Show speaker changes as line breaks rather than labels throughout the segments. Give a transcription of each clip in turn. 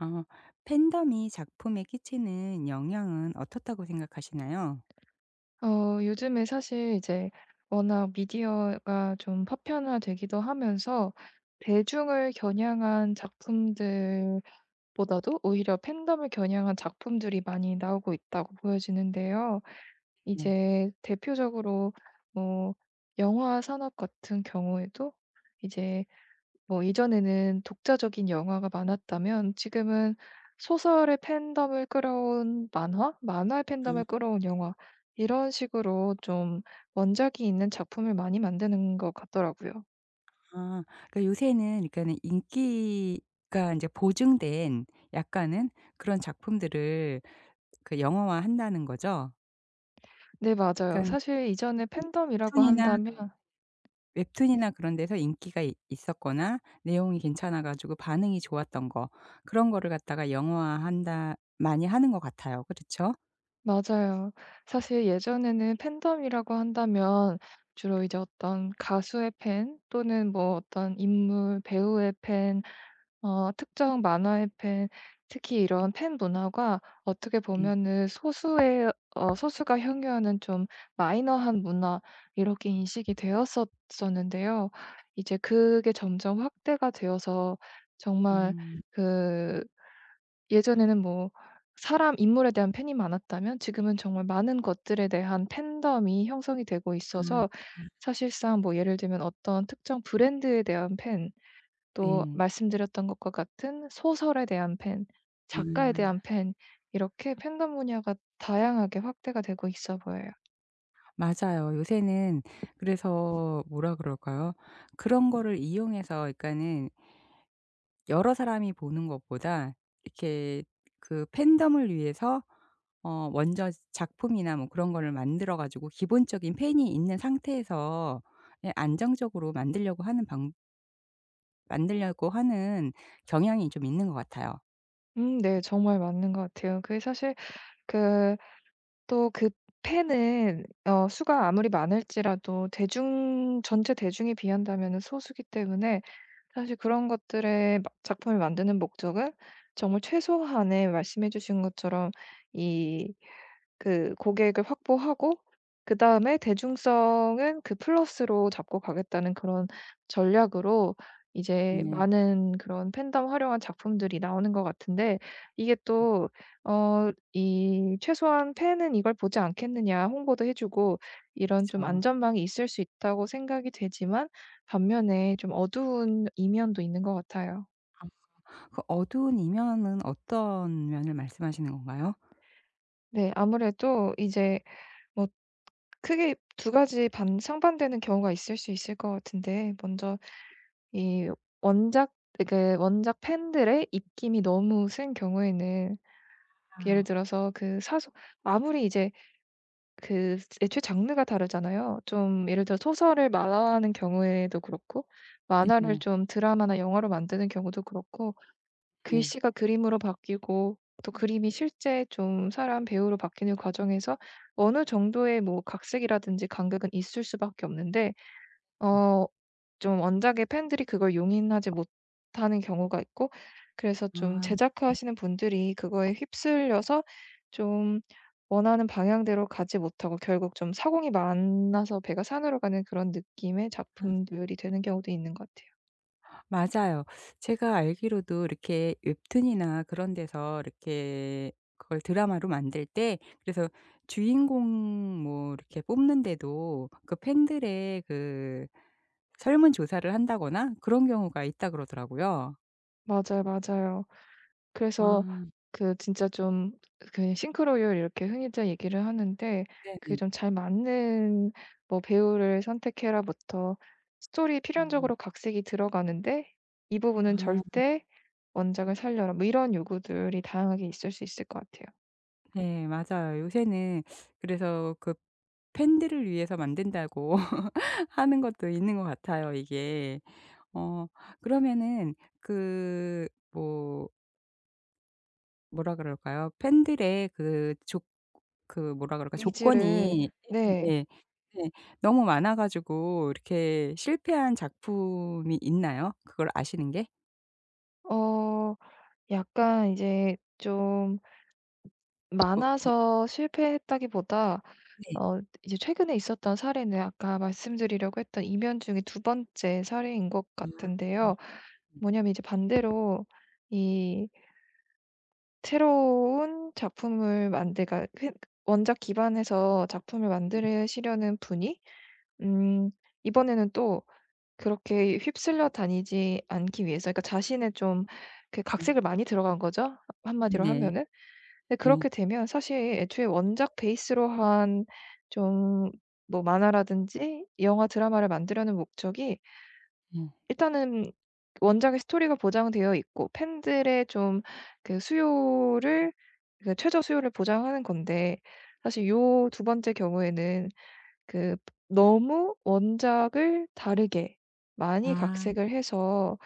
어 팬덤이 작품에 끼치는 영향은 어떻다고 생각하시나요?
요즘에 사실 이제 워낙 미디어가 좀 파편화되기도 하면서, 대중을 겨냥한 작품들보다도 오히려 팬덤을 겨냥한 작품들이 많이 나오고 있다고 보여지는데요.
네.
이제 대표적으로 뭐 영화 산업 같은 경우에도 이제, 뭐 이전에는 독자적인 영화가 많았다면 지금은 소설의 팬덤을 끌어온 만화, 만화의 팬덤을 끌어온 영화, 이런 식으로 좀 원작이 있는 작품을 많이 만드는 것 같더라고요.
아 그러니까 요새는 그러니까는 인기가 이제 보증된 약간은 그런 작품들을 그 영화화한다는 거죠.
네,
그러
맞아요.
니까
사실 이전에 팬덤이라고
웹툰이나
한다면,
웹툰이나 그런 데서 인기가 이 있었거나 내용이 괜찮아 가지고 반응이 좋았던 거 그런 거를 갖다가 영화화한다 많이 하는 것 같아요. 그렇죠?
맞아요. 사실 예전에는 팬덤이라고 한다면 주로 이제 어떤 가수의 팬, 또는 뭐 어떤 인물, 배우의 팬, 특정 만화의 팬, 특히 이런 팬 문화가 어떻게
네.
보면은 소수의 어 소수가 향유하는 좀 마이너한 문화, 이렇게 인식이 되었었었는데요. 이제 그게 점점 확대가 되어서 정말,
음.
그 예전에는 뭐 사람 인물에 대한 팬이 많았다면 지금은 정말 많은 것들에 대한 팬덤이 형성이 되고 있어서,
아
사실상 뭐 예를 들면 어떤 특정 브랜드에 대한 팬, 또
네.
말씀드렸던 것과 같은 소설에 대한 팬, 작가에 대한
아.
팬, 이렇게 팬덤 분야가 다양하게 확대가 되고 있어 보여요.
맞아요. 요새는 그래서 뭐라 그럴까요? 그런 거를 이용해서 그러니까는 여러 사람이 보는 것보다 이렇게 그 팬덤을 위해서 먼저 작품이나 뭐 그런 거를 만들어 가지고 기본적인 팬이 있는 상태에서 예 안정적으로 만들려고 하는 방 만들려고 하는 경향이 좀 있는 것 같아요.
네. 정말 맞는 것 같아요. 그게 사실 그 또 그 팬은 수가 아무리 많을지라도 대중, 전체 대중에 비한다면 소수기 때문에, 사실 그런 것들의 마 작품을 만드는 목적은 정말 최소한의, 말씀해 주신 것처럼 이 그 고객을 확보하고 그다음에 대중성은 그 플러스로 잡고 가겠다는 그런 전략으로 이제
네,
많은 그런 팬덤 활용한 작품들이 나오는 것 같은데, 이게 또 이 최소한 '팬은 이걸 보지 않겠느냐.' 홍보도 해 주고 이런 좀
그렇죠.
안전망이 있을 수 있다고 생각이 되지만, 반면에 좀 어두운 이면도 있는 것 같아요.
그 어두운 이면은 어떤 면을 말씀하시는 건가요?
네. 아무래도 이제 뭐 크게 두 가지 반 상반되는 경우가 있을 수 있을 것 같은데, 먼저 이 원작 원작 팬들의 입김이 너무 센 경우에는, 예를
아.
들어서 그 사소 아무리 이제 그 애초에 장르가 다르잖아요. 좀 예를 들어 소설을 만화화하는 경우에도 그렇고 만화를
네네.
좀 드라마나 영화로 만드는 경우도 그렇고,
네.
글씨가 그림으로 바뀌고 또 그림이 실제 좀 사람 배우로 바뀌는 과정에서 어느 정도의 뭐 각색이라든지 간극은 있을 수밖에 없는데,
네.
어 좀 원작의 팬들이 그걸 용인하지 못하는 경우가 있고, 그래서 좀
아.
제작하시는 분들이 그거에 휩쓸려서 좀 원하는 방향대로 가지 못하고 결국 좀 사공이 만나서 배가 산으로 가는 그런 느낌의 작품들이 되는 경우도 있는 것 같아요.
맞아요. 제가 알기로도 이렇게 웹툰이나 그런 데서 이렇게 그걸 드라마로 만들 때 그래서 주인공 뭐 이렇게 뽑는데도 그 팬들의 그 설문 조사를 한다거나 그런 경우가 있다 그러더라고요.
맞아요, 맞아요. 그래서
아.
그 진짜 좀 그 싱크로율, 이렇게 흔히들 얘기를 하는데, 그게
네네.
좀 잘 맞는 뭐 배우를 선택해라부터 스토리
아.
필연적으로 각색이 들어가는데 이 부분은
아
절대 원작을 살려라, 뭐 이런 요구들이 다양하게 있을 수 있을 것 같아요.
네 맞아요. 요새는 그래서 그 팬들을 위해서 만든다고 하는 것도 있는 것 같아요 이게. 어 그러면은 그뭐 뭐라 그럴까요? 팬들의 그 조 그 뭐라 그럴까?
니즈를.
조건이
네.
예예예. 네. 너무 많아 가지고 이렇게 실패한 작품이 있나요? 그걸 아시는 게?
어 약간 이제 좀
뭐 어
많아서 실패했다기보다,
네.
이제 최근에 있었던 사례는 아까 말씀드리려고 했던 이면 중에 두 번째 사례인 것
아. 음
같은데요.
음
뭐냐면 이제 반대로 이 새로운 작품을 만들 까 원작 기반에서 작품을 만드시려는 분이, 음 이번에는 또 그렇게 휩쓸려 다니지 않기 위해서, 그러니까 자신의 좀 그
음.
각색을 많이 들어간 거죠, 한마디로
네네.
하면은. 근데
예.
그렇게 되면 사실 애초에 원작 베이스로 한 좀 뭐 만화라든지 영화 드라마를 만들려는 목적이,
예.
일단은 원작의 스토리가 보장되어 있고 팬들의 좀 그 수요를, 그 최저 수요를 보장하는 건데, 사실 요 두 번째 경우에는 그 너무 원작을 다르게 많이
아.
각색을 해서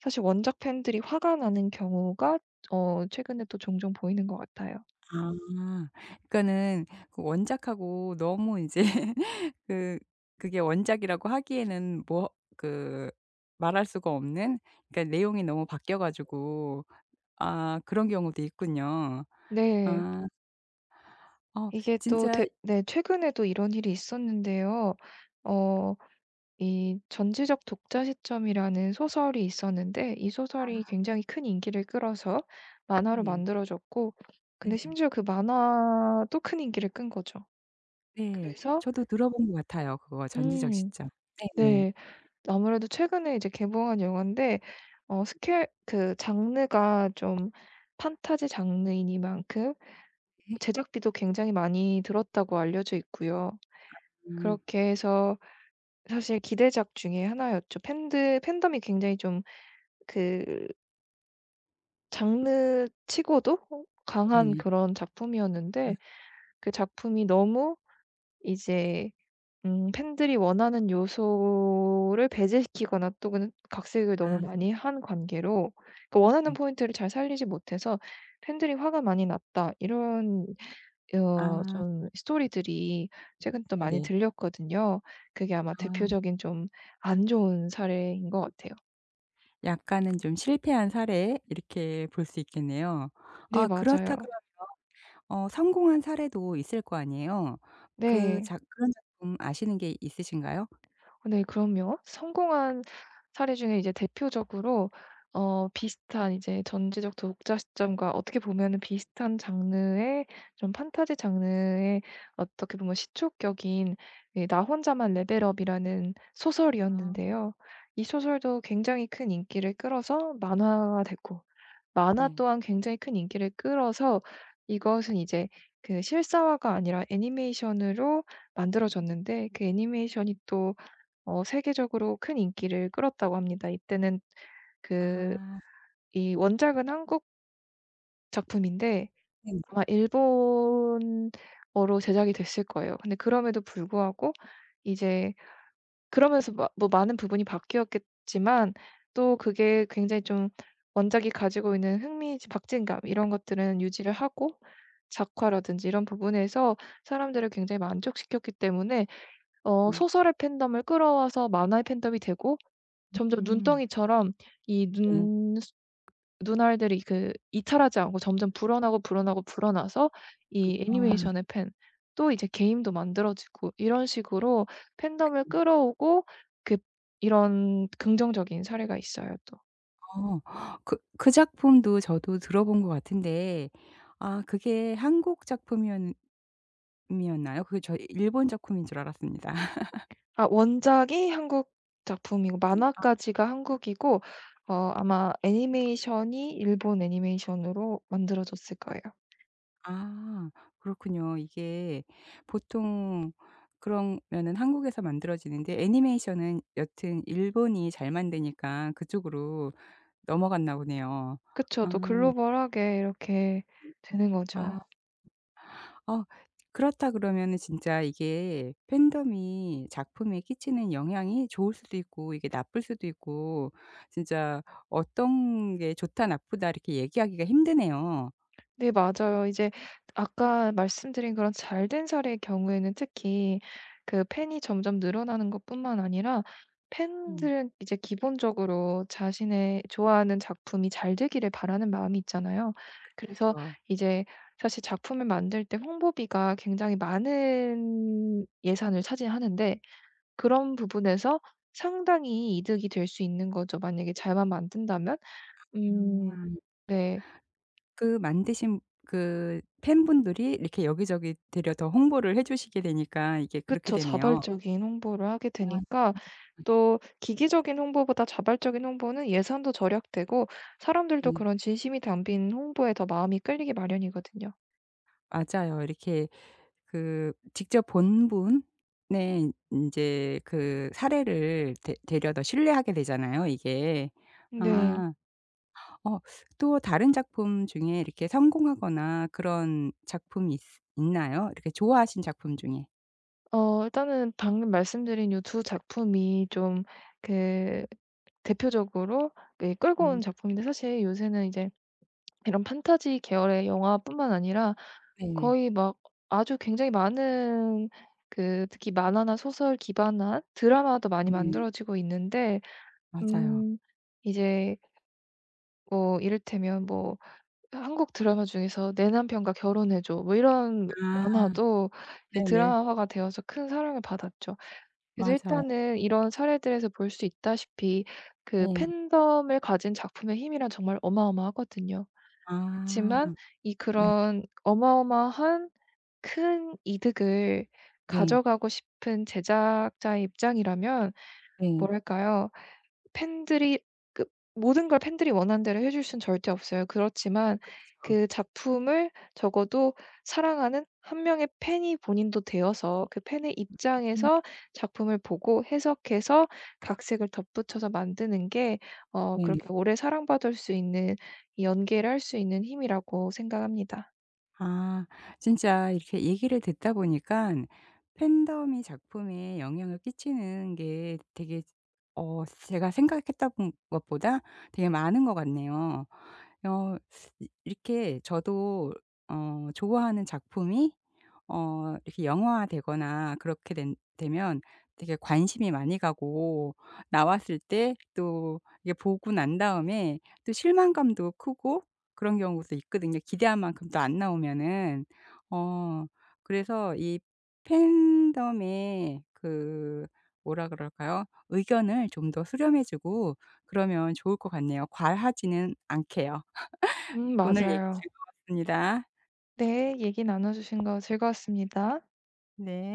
사실 원작 팬들이 화가 나는 경우가 최근에 또 종종 보이는 것 같아요.
아. 그러니까는 그 원작하고 너무 인제 그 그게 원작이라고 하기에는 뭐 그 말할 수가 없는 그러니까 내용이 너무 바뀌어 가지고 아 그런 경우도 있군요.
네.
아. 어
이게 또
진짜
대 네, 최근에도 이런 일이 있었는데요.
이게
어 이 전지적 독자 시점이라는 소설이 있었는데, 이 소설이 굉장히 큰 인기를 끌어서 만화로
네.
만들어졌고, 근데
네.
심지어 그 만화도 큰 인기를 끈 거죠.
네.
그래서
저도 들어본 것 같아요 그거 전지적
음
시점. 네네.
네. 아무래도 최근에 이제 개봉한 영화인데, 어 스케일 그 장르가 좀 판타지 장르이니만큼
네.
제작비도 굉장히 많이 들었다고 알려져 있고요.
음.
그렇게 해서 사실 기대작 중에 하나였죠. 팬들 팬덤이 굉장히 좀 그 장르치고도 강한
네네.
그런 작품이었는데, 그 작품이 너무 이제 팬들이 원하는 요소를 배제시키거나 또는 각색을 너무
아
많이 한 관계로 그 원하는
네.
포인트를 잘 살리지 못해서 팬들이 화가 많이 났다. 이런
아
좀 스토리들이 최근 또 많이
네네.
들렸거든요. 그게 아마
아
대표적인 좀 안 좋은 사례인 것 같아요.
약간은 좀 실패한 사례 이렇게 볼 수 있겠네요.
네,
아 그렇다
맞아요.
그러면 어 성공한 사례도 있을 거 아니에요. 그
네.
작 그런 작품 아시는 게 있으신가요?
어, 네 그럼요. 성공한 사례 중에 이제 대표적으로, 비슷한 이제, 전지적 독자 시점과 어떻게 보면은 비슷한 장르의, 좀 판타지 장르의 어떻게 보면 시초격인, 예 나 혼자만 레벨업이라는
아
소설이었는데요. 이 소설도 굉장히 큰 인기를 끌어서 만화가 됐고, 만화
예.
또한 굉장히 큰 인기를 끌어서 이것은 이제 그 실사화가 아니라 애니메이션으로 만들어졌는데, 그 애니메이션이 또 세계적으로 큰 인기를 끌었다고 합니다. 이때는 그
아.
이 원작은 한국 작품인데,
네네.
아마 일본어로 제작이 됐을 거예요. 근데 그럼에도 불구하고 이제 그러면서 마 뭐 많은 부분이 바뀌었겠지만, 또 그게 굉장히 좀 원작이 가지고 있는 흥미, 박진감 이런 것들은 유지를 하고, 작화라든지 이런 부분에서 사람들을 굉장히 만족시켰기 때문에,
네.
소설의 팬덤을 끌어와서 만화의 팬덤이 되고, 점점
음.
눈덩이처럼 이
네.
눈 눈알들이 그 이탈하지 않고 점점 불어나고, 불어나고, 불어나서, 이
아.
애니메이션의 팬, 또 이제 게임도 만들어지고 이런 식으로 팬덤을 끌어오고, 그 이런 긍정적인 사례가 있어요 또.
어. 그 작품도 저도 들어본 것 같은데 아 그게 한국 작품이었 이었나요? 그 저 일본 작품인 줄 알았습니다.
아, 원작이 한국 작품이고 만화까지가 한국이고, 아마 애니메이션이 일본 애니메이션으로 만들어졌을 거예요.
아 그렇군요. 이게 보통 그러면은 한국에서 만들어지는데 애니메이션은 여튼 일본이 잘 만드니까 그쪽으로 넘어갔나 보네요.
그쵸. 또
아.
글로벌하게 이렇게 되는 거죠.
아. 어 그렇다 그러면은 진짜 이게 팬덤이 작품에 끼치는 영향이 좋을 수도 있고 이게 나쁠 수도 있고 진짜 어떤 게 좋다 나쁘다 이렇게 얘기하기가 힘드네요.
네, 맞아요. 이제 아까 말씀드린 그런 잘된 사례의 경우에는 특히, 그 팬이 점점 늘어나는 것뿐만 아니라,
음.
팬들은 이제 기본적으로 자신의 좋아하는 작품이 잘 되기를 바라는 마음이 있잖아요. 그래서
그
이제 사실 작품을 만들 때 홍보비가 굉장히 많은 예산을 차지하는데, 그런 부분에서 상당히 이득이 될 수 있는 거죠. 만약에 잘만 만든다면. 음,
음.
네.
그 만드신 그 팬분들이 이렇게 여기저기 데려 더 홍보를 해 주시게 되니까 이게 그렇게
그쵸.
되네요.
자발적인 홍보를 하게
아
되니까, 또 기기적인 홍보보다 자발적인 홍보는 예산도 절약되고 사람들도
네.
그런 진심이 담긴 홍보에 더 마음이 끌리기 마련이거든요.
맞아요. 이렇게 그 직접 본 분의 인제 그 사례를 데 데려다 신뢰하게 되잖아요 이게.
네.
아 어 또 다른 작품 중에 이렇게 성공하거나 그런 작품이 있으 있나요? 이렇게 좋아하신 작품 중에?
일단은 방금 말씀드린 이 두 작품이 좀 그 대표적으로 그 끌고
음.
온 작품인데, 사실 요새는 이제 이런 판타지 계열의 영화뿐만 아니라
네네.
거의 막 아주 굉장히 많은, 그 특히 만화나 소설 기반한 드라마도 많이
네.
만들어지고 있는데
맞아요.
음. 이제 뭐 이를테면 뭐 한국 드라마 중에서 "내 남편과 결혼해 줘." 뭐 이런
아
만화도 이제
네네.
드라마화가 되어서 큰 사랑을 받았죠. 그래서
맞아요.
일단은 이런 사례들에서 볼 수 있다시피, 그
예.
팬덤을 가진 작품의 힘이란 정말 어마어마하거든요. 그지
아.
만 이
네.
그런 어마어마한 큰 이득을
네.
가져가고 싶은 제작자의 입장이라면,
네.
뭐랄까요? 팬들이 그 모든 걸 팬들이 원하는 대로 해줄 수는 절대 없어요. 그렇지만
그렇죠.
그 작품을 적어도 사랑하는 한 명의 팬이 본인도 되어서 그 팬의
음.
입장에서 작품을 보고 해석해서 각색을 덧붙여서 만드는 게,
네네.
그렇게 오래 사랑받을 수 있는 이 연계를 할 수 있는 힘이라고 생각합니다.
아 진짜 이렇게 얘기를 듣다 보니까 팬덤이 작품에 영향을 끼치는 게 되게 어 제가 생각했던 것보다 되게 많은 것 같네요. 어 이 이렇게 저도 어 좋아하는 작품이 어 이렇게 영화화되거나 그렇게 된 되면 되게 관심이 많이 가고 나왔을 때 또 이게 보고 난 다음에 또 실망감도 크고 그런 경우도 있거든요, 기대한 만큼 또 안 나오면은. 어 그래서 이 팬덤의 그 뭐라 그럴까요? 의견을 좀 더 수렴해 주고 그러면 좋을 것 같네요. 과하지는 않게요. 오늘 얘기
맞아요.
즐거웠습니다.
네. 얘기 나눠 주신 거 즐거웠습니다.
네.